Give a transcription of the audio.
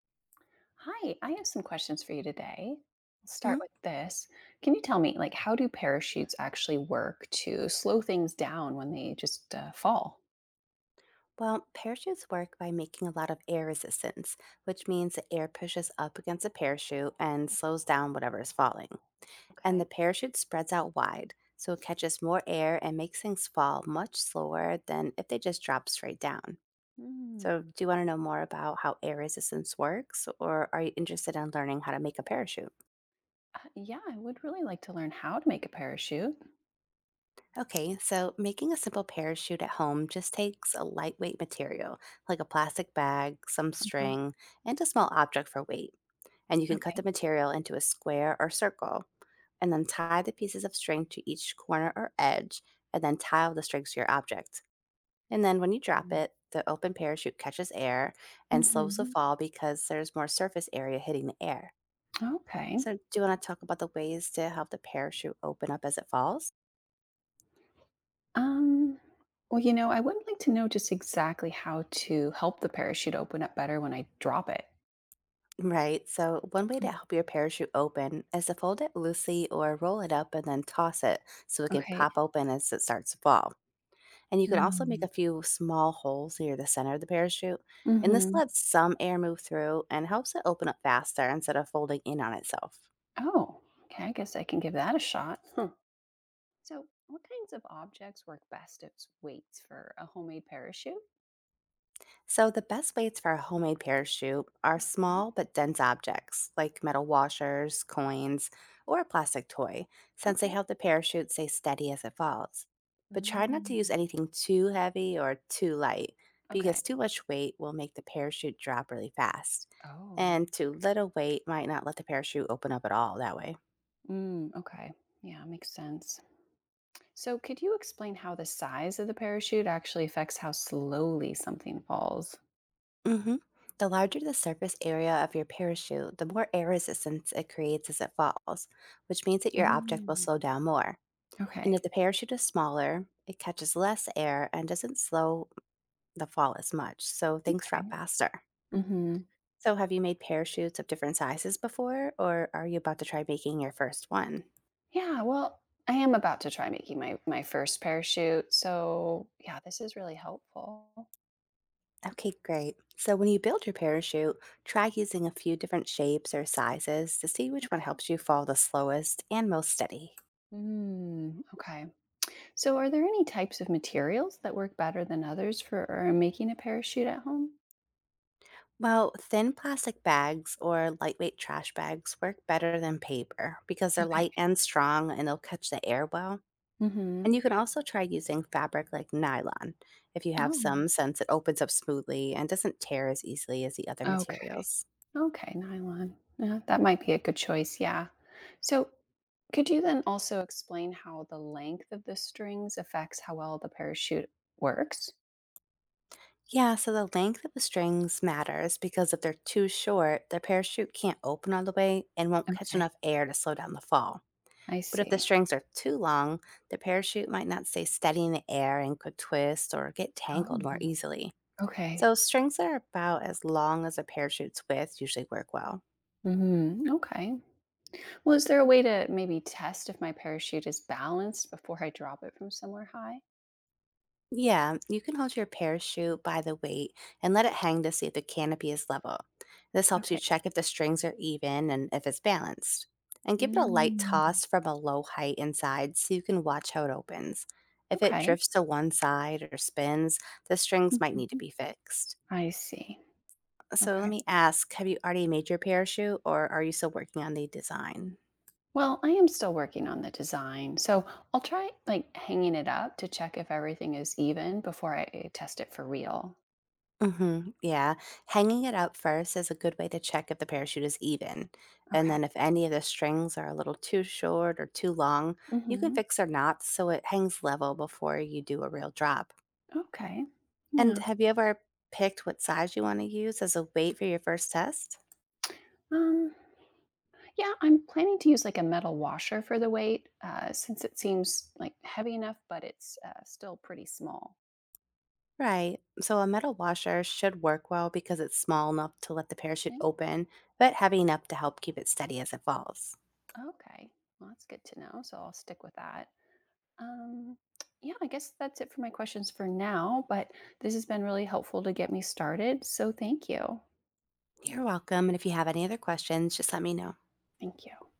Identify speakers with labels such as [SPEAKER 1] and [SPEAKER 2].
[SPEAKER 1] Hi, I have some questions for you today. I'll start
[SPEAKER 2] Mhm.
[SPEAKER 1] with this. Can you tell me, like, how do parachutes actually work to slow things down when they just fall?
[SPEAKER 2] Well, parachutes work by making a lot of air resistance, which means the air pushes up against the parachute and slows down whatever is falling. And the
[SPEAKER 1] Okay.
[SPEAKER 2] parachute spreads out wide, so it catches more air and makes things fall much slower than if they just drop straight down. So,
[SPEAKER 1] Hmm.
[SPEAKER 2] do you want to know more about how air resistance works, or are you interested in learning how to make a parachute?
[SPEAKER 1] Yeah, I would really like to learn how to make a parachute.
[SPEAKER 2] Okay, so making a simple parachute at home just takes a lightweight material, like a plastic bag, some
[SPEAKER 1] Uh,
[SPEAKER 2] string, and a small object for weight. And you can cut
[SPEAKER 1] okay.
[SPEAKER 2] the material into a square or circle and then tie the pieces of string to each corner or edge and then tile the strings to your object. And then when you drop
[SPEAKER 1] Mm.
[SPEAKER 2] it, the open parachute catches air and slows the
[SPEAKER 1] Hmm.
[SPEAKER 2] fall because there's more surface area hitting the air.
[SPEAKER 1] Okay.
[SPEAKER 2] So, do you want to talk about the ways to help the parachute open up as it falls?
[SPEAKER 1] Um. Well, I would like to know just exactly how to help the parachute open up better when I drop it.
[SPEAKER 2] Right. So, one way to help your parachute open is to fold it loosely or roll it up and then toss it so it can
[SPEAKER 1] Okay.
[SPEAKER 2] pop open as it starts to fall. And you can also make
[SPEAKER 1] Mm-hmm.
[SPEAKER 2] a few small holes near the center of the parachute. And this lets some air move through and helps it open up faster instead of folding in on itself.
[SPEAKER 1] Oh, okay. I guess I can give that a shot. Huh. So, what kinds of objects work best as weights for a homemade parachute?
[SPEAKER 2] So, the best weights for a homemade parachute are
[SPEAKER 1] Uh-huh.
[SPEAKER 2] small but dense objects like metal washers, coins, or a plastic toy, since they
[SPEAKER 1] Okay.
[SPEAKER 2] help the parachute stay steady as it falls. But try not to
[SPEAKER 1] Mm,
[SPEAKER 2] use anything too heavy or too light, because
[SPEAKER 1] okay.
[SPEAKER 2] too much weight will make the parachute drop really fast.
[SPEAKER 1] Oh.
[SPEAKER 2] And too little weight might not let the parachute open up at all that way.
[SPEAKER 1] Mm, okay. Yeah, makes sense. So, could you explain how the size of the parachute actually affects how slowly something falls?
[SPEAKER 2] Hmm. The larger the surface area of your parachute, the more air resistance it creates as it falls, which means that your object will
[SPEAKER 1] Mm,
[SPEAKER 2] slow down more. And if
[SPEAKER 1] okay.
[SPEAKER 2] the parachute is smaller, it catches less air and doesn't slow the fall as much, so things
[SPEAKER 1] Okay.
[SPEAKER 2] drop faster.
[SPEAKER 1] Hmm.
[SPEAKER 2] So, have you made parachutes of different sizes before, or are you about to try making your first one?
[SPEAKER 1] Yeah. Well, I am about to try making my first parachute, so yeah, this is really helpful.
[SPEAKER 2] Okay, great. So, when you build your parachute, try using a few different shapes or sizes to see which one
[SPEAKER 1] Okay.
[SPEAKER 2] helps you fall the slowest and most steady.
[SPEAKER 1] Mm, okay. So, are there any types of materials that work better than others for making a parachute at home?
[SPEAKER 2] Well, thin plastic bags or lightweight trash bags work better than paper because they're
[SPEAKER 1] Okay.
[SPEAKER 2] light and strong and they'll catch the air well. And
[SPEAKER 1] Mm-hmm.
[SPEAKER 2] you can also try using fabric like nylon if you have
[SPEAKER 1] Oh,
[SPEAKER 2] some, since it opens up smoothly and doesn't tear as easily as the other
[SPEAKER 1] okay.
[SPEAKER 2] materials.
[SPEAKER 1] Okay, nylon. Yeah, that might be a good choice. Yeah. So, could you then also explain how the length of the strings affects how well the parachute works?
[SPEAKER 2] Yeah, so the length of the strings matters because if they're too short, the parachute can't open all the way and won't catch
[SPEAKER 1] Okay,
[SPEAKER 2] enough air to slow down the fall.
[SPEAKER 1] I
[SPEAKER 2] But if the
[SPEAKER 1] see.
[SPEAKER 2] strings are too long, the parachute might not stay steady in the air and could twist or get tangled
[SPEAKER 1] Oh,
[SPEAKER 2] more easily.
[SPEAKER 1] okay.
[SPEAKER 2] So strings that are about as long as a parachute's width usually work well.
[SPEAKER 1] Hmm. Okay. Well, is there a way to maybe test if my parachute is balanced before I drop it from somewhere high?
[SPEAKER 2] Yeah, you can hold your parachute by the weight and let it hang to see if the canopy is level. This helps you
[SPEAKER 1] Okay.
[SPEAKER 2] check if the strings are even and if it's balanced. And give it a light
[SPEAKER 1] Mm,
[SPEAKER 2] toss from a low height inside so you can watch how it opens. If it
[SPEAKER 1] okay.
[SPEAKER 2] drifts to one side or spins, the strings might need to
[SPEAKER 1] Mhm.
[SPEAKER 2] be fixed.
[SPEAKER 1] I see.
[SPEAKER 2] So let
[SPEAKER 1] Okay.
[SPEAKER 2] me ask, have you already made your parachute or are you still working on the design?
[SPEAKER 1] Well, I am still working on the design. So I'll try like hanging it up to check if everything is even before I test it for real.
[SPEAKER 2] Mhm, yeah. Hanging it up first is a good way to check if the parachute is even. And
[SPEAKER 1] Okay.
[SPEAKER 2] then if any of the strings are a little too short or too long, you can
[SPEAKER 1] Hmm.
[SPEAKER 2] fix their knots so it hangs level before you do a real drop.
[SPEAKER 1] Okay.
[SPEAKER 2] And
[SPEAKER 1] Yeah.
[SPEAKER 2] have you ever picked what size you want to use as a weight for your first test?
[SPEAKER 1] Um, yeah, I'm planning to use like a metal washer for the weight since it seems like heavy enough, but it's still pretty small.
[SPEAKER 2] Right. So a metal washer should work well because it's small enough to let the parachute
[SPEAKER 1] Yeah.
[SPEAKER 2] open, but heavy enough to help keep it steady as it falls.
[SPEAKER 1] Okay. Well, that's good to know. So I'll stick with that. Um, yeah, I guess that's it for my questions for now, but this has been really helpful to get me started. So thank you.
[SPEAKER 2] You're welcome. And if you have any other questions, just let me know.
[SPEAKER 1] Thank you.